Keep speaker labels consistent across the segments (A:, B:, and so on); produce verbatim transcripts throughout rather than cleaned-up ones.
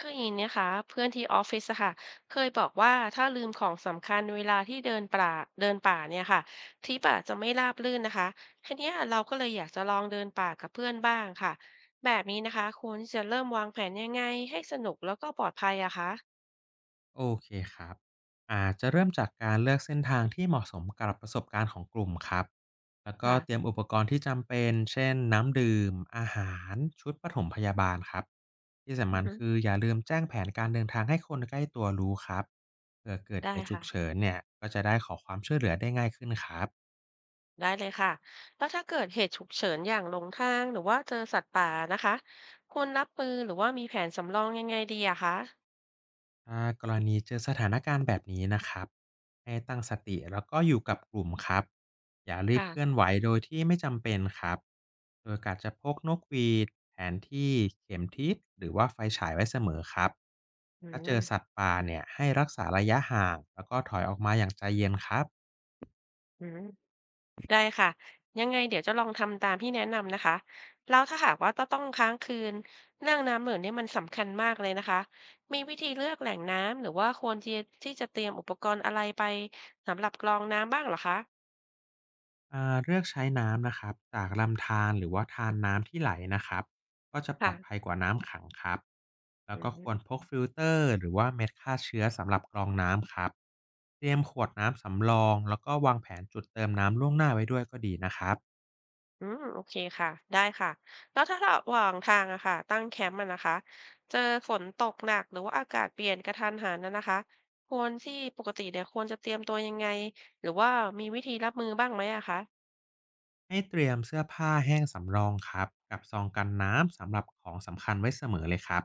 A: คืออย่างนี้นะคะเพื่อนที่ออฟฟิศอะค่ะเคยบอกว่าถ้าลืมของสำคัญเวลาที่เดินป่าเดินป่าเนี่ยค่ะทริปอะจะไม่ราบรื่นนะคะทีเนี้ยเราก็เลยอยากจะลองเดินป่ากับเพื่อนบ้างค่ะแบบนี้นะคะควรที่จะเริ่มวางแผนยังไงให้สนุกแล้วก็ปลอดภัยอะคะ
B: โอเคครับ อาจจะเริ่มจากการเลือกเส้นทางที่เหมาะสมกับประสบการณ์ของกลุ่มครับ แล้วก็เตรียม
A: ค่ะ
B: อุปกรณ์ที่จำเป็น เช่นน้ำดื่ม อาหาร ชุดปฐมพยาบาลครับ ที่สำ
A: อือ
B: คัญ
A: ฮึ
B: คืออย่าลืมแจ้งแผนการเดินทางให้คนใกล้ตัวรู้ครับเผื่อเกิดเห
A: ได้
B: ตุฉุก
A: ค่ะ
B: เฉินเนี่ยก็จะได้ขอความช่วยเหลือได้ง่ายขึ้นครับ
A: ได้เลยค่ะแล้วถ้าเกิดเหตุฉุกเฉินอย่างหลงทางหรือว่าเจอสัตว์ป่านะคะควรรับมือหรือว่ามีแผนสำรองยังไงดีอะคะ
B: ถ้ากรณีเจอสถานการณ์แบบนี้นะครับให้ตั้งสติแล้วก็อยู่กับกลุ่มครับอย่ารีบ
A: ค่ะ
B: เคลื่อนไหวโดยที่ไม่จำเป็นครับโดยการจะพกนกหวีดแผนที่เข็มทิศหรือว่าไฟฉายไว้เสมอครับ
A: อื
B: ถ้าเจอ
A: ม
B: สัตว์ป่าเนี่ยให้รักษาระยะห่างแล้วก็ถอยออกมาอย่างใจเย็นครับ
A: อืม ได้ค่ะยังไงเดี๋ยวจะลองทำตามที่แนะนำนะคะแล้วถ้าหากว่าต้องต้องค้างคืนเรื่องน้ำเหลืองเนี่ยมันสำคัญมากเลยนะคะมีวิธีเลือกแหล่งน้ำหรือว่าควรที่ที่จะเตรียมอุปกรณ์อะไรไปสำหรับกรองน้ำบ้างเหรอคะ
B: อ่าเลือกใช้น้ำนะครับจากลำธารหรือว่าธารน้ำที่ไหลนะครับก็จะปลอดภั
A: ค่ะ
B: ยกว่าน้ำขังครับแล้
A: อื
B: วก็ค
A: ม
B: วรพกฟิลเตอร์หรือว่าเม็ดฆ่าเชื้อสำหรับกรองน้ำครับเตรียมขวดน้ำสำรองแล้วก็วางแผนจุดเติมน้ำล่วงหน้าไว้ด้วยก็ดีนะครับ
A: อืมโอเคค่ะได้ค่ะแล้วถ้าระหว่างทางอะค่ะตั้งแคมป์อะนะคะเจอฝนตกหนักหรือว่าอากาศเปลี่ยนกระทันหันนะนะคะควรที่ปกติเนี่ยควรจะเตรียมตัวยังไงหรือว่ามีวิธีรับมือบ้างไหมอะคะ
B: ให้เตรียมเสื้อผ้าแห้งสำรองครับกับซองกันน้ำสำหรับของสำคัญไว้เสมอเลยครับ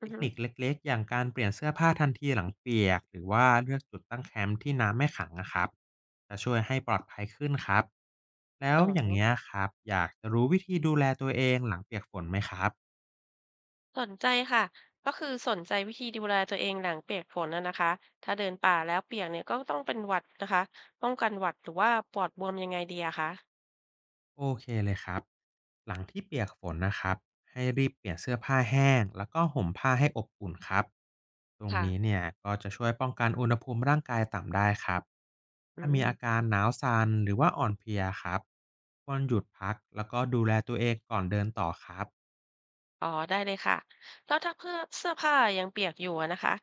B: เท
A: อือ
B: ค
A: ฮึ
B: นิคเล็กๆอย่างการเปลี่ยนเสื้อผ้าทันทีหลังเปียกหรือว่าเลือกจุดตั้งแคมป์ที่น้ำไม่ขังนะครับจะช่วยให้ปลอดภัยขึ้นครับแล้ว
A: อ๋อ
B: อย่างนี้ยครับอยากจะรู้วิธีดูแลตัวเองหลังเปียกฝนไหมครับ
A: สนใจค่ะก็คือสนใจวิธีดูแลตัวเองหลังเปียกฝนน่ะนะคะถ้าเดินป่าแล้วเปียกเนี่ยก็ต้องเป็นหวัดนะคะป้องกันหวัดหรือว่าปอดบวมยังไงดีอะคะ
B: โอเคเลยครับหลังที่เปียกฝนนะครับให้รีบเปลี่ยนเสื้อผ้าแห้งแล้วก็ห่มผ้าให้อบอุ่นครับตรง
A: ค่ะ
B: นี้เนี่ยก็จะช่วยป้องกันอุณหภูมิร่างกายต่ำได้ครับ
A: อื
B: ถ้ามี
A: ม
B: อาการหนาวสัน่นหรือว่าอ่อนเพลียครับควรหยุดพักแล้วก็ดูแลตัวเองก่อนเดินต่อครับ
A: อ๋อได้เลยค่ะแล้วถ้าเพื่อเสื้อผ้ายังเปียกอยู่อะนะคะ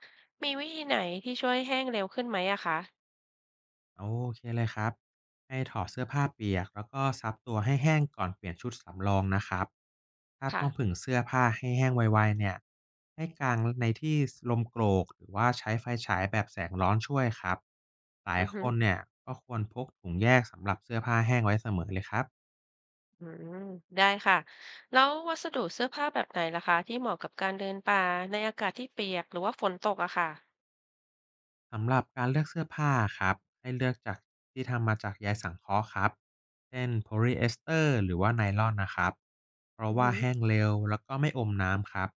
A: มีวิธีไหนที่ช่วยให้แห้งเร็วขึ้นไหมอะคะ
B: โอเคเลยครับให้ถอดเสื้อผ้าเปียกแล้วก็ซับตัวให้แห้งก่อนเปลี่ยนชุดสำรองนะครับถ้า
A: ค่ะ
B: ต้องผึ่งเสื้อผ้าให้แห้งไวๆเนี่ยให้กางในที่ลมโกรกหรือว่าใช้ไฟฉายแบบแสงร้อนช่วยครับหลาย
A: อือ
B: ค
A: ฮึ
B: นเนี่ยก็ควรพกถุงแยกสำหรับเสื้อผ้าแห้งไว้เสมอเลยครับ
A: อืมได้ค่ะแล้ววัสดุเสื้อผ้าแบบไหนล่ะคะที่เหมาะกับการเดินป่าในอากาศที่เปียกหรือว่าฝนตกอะค่ะ
B: สำหรับการเลือกเสื้อผ้าครับให้เลือกจากที่ทำมาจากใยสังเคราะห์ครับเช่นโพลีเอสเตอร์หรือว่าไนลอนนะครับเพราะ
A: อือ
B: ว่า
A: ฮึ
B: แห้งเร็วแล้วก็ไม่อมน้ำครับ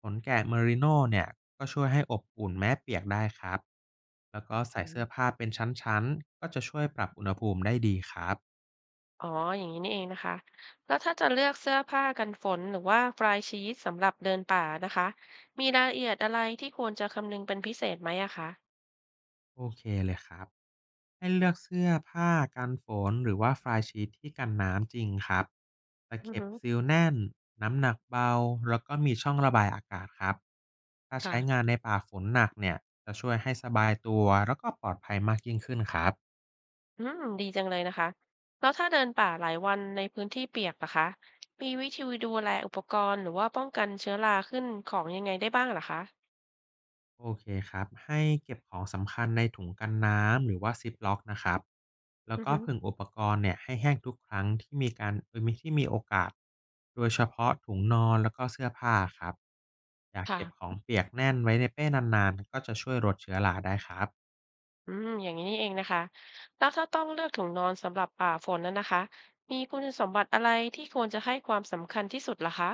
B: ขนแกะเมอริโนเนี่ยก็ช่วยให้อบอุ่นแม้เปียกได้ครับแล้วก็ใส่เสื้อผ้าเป็นชั้นๆก็จะช่วยปรับอุณหภูมิได้ดีครับ
A: อ๋ออย่างนี้นี่เองนะคะแล้วถ้าจะเลือกเสื้อผ้ากันฝนหรือว่าฟลายชีทสำหรับเดินป่านะคะมีรายละเอียดอะไรที่ควรจะคำนึงเป็นพิเศษไหมอะคะ
B: โอเคเลยครับ ให้เลือกเสื้อผ้ากันฝนหรือว่าฟลายชีทที่กันน้ำจริงครับตะ
A: อือ
B: เข็บ
A: ฮึ
B: ซีลแน่น น้ำหนักเบา แล้วก็มีช่องระบายอากาศครับ ถ้า
A: ค่ะ
B: ใช้งานในป่าฝนหนักเนี่ย จะช่วยให้สบายตัวแล้วก็ปลอดภัยมากยิ่งขึ้นครับ
A: อืมดีจังเลยนะคะแล้วถ้าเดินป่าหลายวันในพื้นที่เปียกนะคะมีวิธีดูแลอุปกรณ์หรือว่าป้องกันเชื้อราขึ้นของยังไงได้บ้างเหรอคะ
B: โอเคครับให้เก็บของสำคัญในถุงกันน้ำหรือว่าซิปล็อกนะครับแล้ว
A: อือ
B: ก็
A: ฮึ
B: ผึ่งอุปกรณ์เนี่ยให้แห้งทุกครั้งที่มีการเออมีที่มีโอกาสโดยเฉพาะถุงนอนแล้วก็เสื้อผ้าครับอย่าก
A: ค่ะ
B: เก็บของเปียกแน่นไว้ในเป้นานๆก็จะช่วยลดเชื้อราได้ครับ
A: อืมอย่างนี้นี่เองนะคะแล้วถ้าต้องเลือกถุงนอนสำหรับป่าฝนนั้นนะคะมีคุณสมบัติอะไรที่ควรจะให้ความสำคัญที่สุดเหรอคะ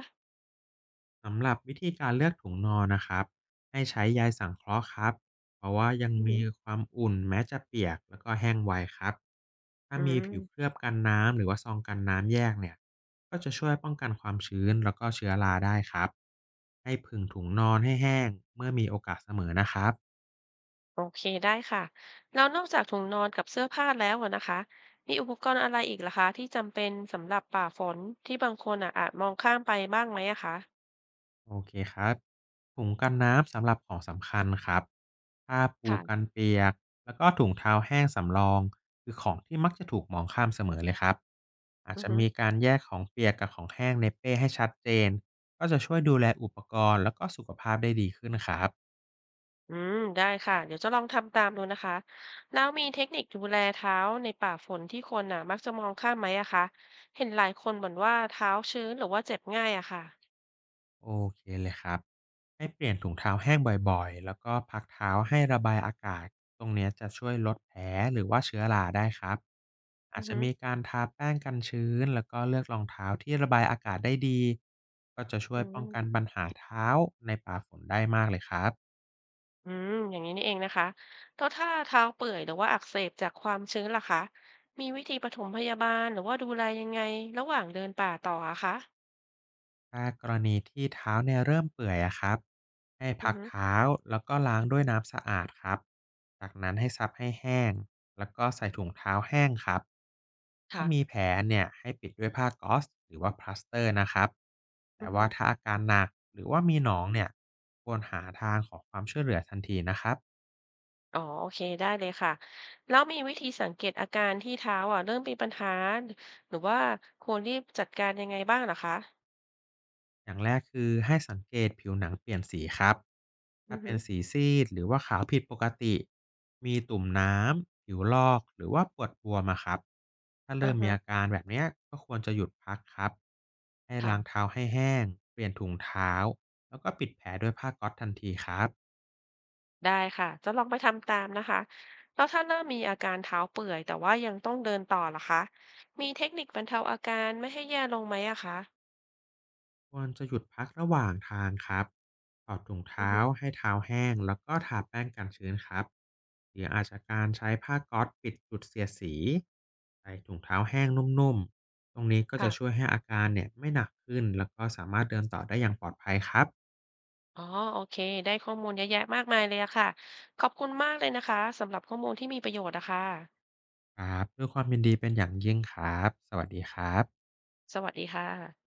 B: สำหรับวิธีการเลือกถุงนอนนะครับให้ใช้ใยสังเคราะห์ครับเพราะว่ายัง
A: อือฮึ
B: มีความอุ่นแม้จะเปียกแล้วก็แห้งไวครับถ้า
A: อื
B: มี
A: ม
B: ผิวเคลือบกันน้ำหรือว่าซองกันน้ำแยกเนี่ยก็จะช่วยป้องกันความชื้นแล้วก็เชื้อราได้ครับให้ผึ่งถุงนอนให้แห้งเมื่อมีโอกาสเสมอนะครับ
A: โอเคได้ค่ะแล้วนอกจากถุงนอนกับเสื้อผ้าแล้วอะนะคะมีอุปกรณ์อะไรอีกล่ะคะที่จำเป็นสำหรับป่าฝนที่บางคนอ่ะอาจมองข้ามไปบ้างไหมอะคะ
B: โอเคครับถุงกันน้ำสำหรับของสำคัญครับผ้าปูกัน
A: ค่ะ
B: เปียกแล้วก็ถุงเท้าแห้งสำรองคือของที่มักจะถูกมองข้ามเสมอเลยครับอาจ
A: อือ
B: จะ
A: ฮึ
B: มีการแยกของเปียกกับของแห้งในเป้ให้ชัดเจนก็จะช่วยดูแลอุปกรณ์แล้วก็สุขภาพได้ดีขึ้นครับ
A: อืมได้ค่ะเดี๋ยวจะลองทำตามดูนะคะแล้วมีเทคนิคดูแลเท้าในป่าฝนที่คนอ่ะมักจะมองข้ามไหมอะคะเห็นหลายคนบ่นว่าเท้าชื้นหรือว่าเจ็บง่ายอะค่ะ
B: โอเคเลยครับ ให้เปลี่ยนถุงเท้าแห้งบ่อยๆแล้วก็พักเท้าให้ระบายอากาศตรงเนี้ยจะช่วยลดแผลหรือว่าเชื้อราได้ครับ
A: อื
B: อาจ
A: อ
B: จะ
A: ฮึ
B: มีการทาแป้งกันชื้นแล้วก็เลือกรองเท้าที่ระบายอากาศได้ดี ก็จะช่ว
A: อื
B: ยป้องกัน
A: ม
B: ปัญหาเท้าในป่าฝนได้มากเลยครับ
A: อืมอย่างนี้นี่เองนะคะแล้วถ้าเท้าเปื่อยหรือว่าอักเสบจากความชื้นล่ะคะ มีวิธีปฐมพยาบาลหรือว่าดูแลยังไงระหว่างเดินป่าต่ออะคะ
B: ถ้ากรณีที่เท้าเนี่ยเริ่มเปื่อยอะครับให้
A: อื
B: พั
A: อ
B: ก
A: ฮึ
B: เท้าแล้วก็ล้างด้วยน้ำสะอาดครับจากนั้นให้ซับให้แห้งแล้วก็ใส่ถุงเท้าแห้งครับถ้า
A: ค่ะ
B: มีแผลเนี่ยให้ปิดด้วยผ้าก๊อซหรือว่าพลาสเตอร์นะครับ
A: อื
B: แต่
A: อฮึ
B: ว่าถ้าอาการหนักหรือว่ามีหนองเนี่ยควรหาทางขอความช่วยเหลือทันทีนะครับ
A: อ๋อโอเคได้เลยค่ะแล้วมีวิธีสังเกตอาการที่เท้าอ่ะเริ่มมีปัญหาหรือว่าควรรีบจัดการยังไงบ้างเหรอคะ
B: อย่างแรกคือให้สังเกตผิวหนังเปลี่ยนสีครับ
A: อื
B: ถ้า
A: อ
B: เป็
A: ฮึ
B: นสีซีดหรือว่าขาวผิดปกติมีตุ่มน้ำผิวลอกหรือว่าปวดบวมอะครับถ้า
A: อ่า
B: เริ่มมี
A: ฮะ
B: อาการแบบเนี้ยก็ควรจะหยุดพักครับให้ล้าง
A: ค่ะ
B: เท้าให้แห้งเปลี่ยนถุงเท้าแล้วก็ปิดแผลด้วยผ้าก๊อซทันทีครับ
A: ได้ค่ะ จะลองไปทำตามนะคะ แล้วถ้าเริ่มมีอาการเท้าเปื่อยแต่ว่ายังต้องเดินต่อล่ะคะ มีเทคนิคบรรเทาอาการไม่ให้แย่ลงไหมอะคะ
B: ควรจะหยุดพักระหว่างทางครับถอดถุง
A: อือ
B: เท้า
A: ฮึ
B: ให้เท้าแห้งแล้วก็ทาแป้งกันชื้นครับหรืออาจจะการใช้ผ้าก๊อซปิดจุดเสียดสีใส่ถุงเท้าแห้งนุ่มๆตรงนี้ก็จะ
A: ค่ะ
B: ช่วยให้อาการเนี่ยไม่หนักขึ้นแล้วก็สามารถเดินต่อได้อย่างปลอดภัยครับ
A: อ๋อ โอเค ได้ข้อมูลเยอะแยะมากมายเลยอะค่ะ ขอบคุณมากเลยนะคะสำหรับข้อมูลที่มีประโยชน์นะคะ
B: ครับด้วยความยินดีเป็นอย่างยิ่งครับสวัสดีครับ
A: สวัสดีค่ะ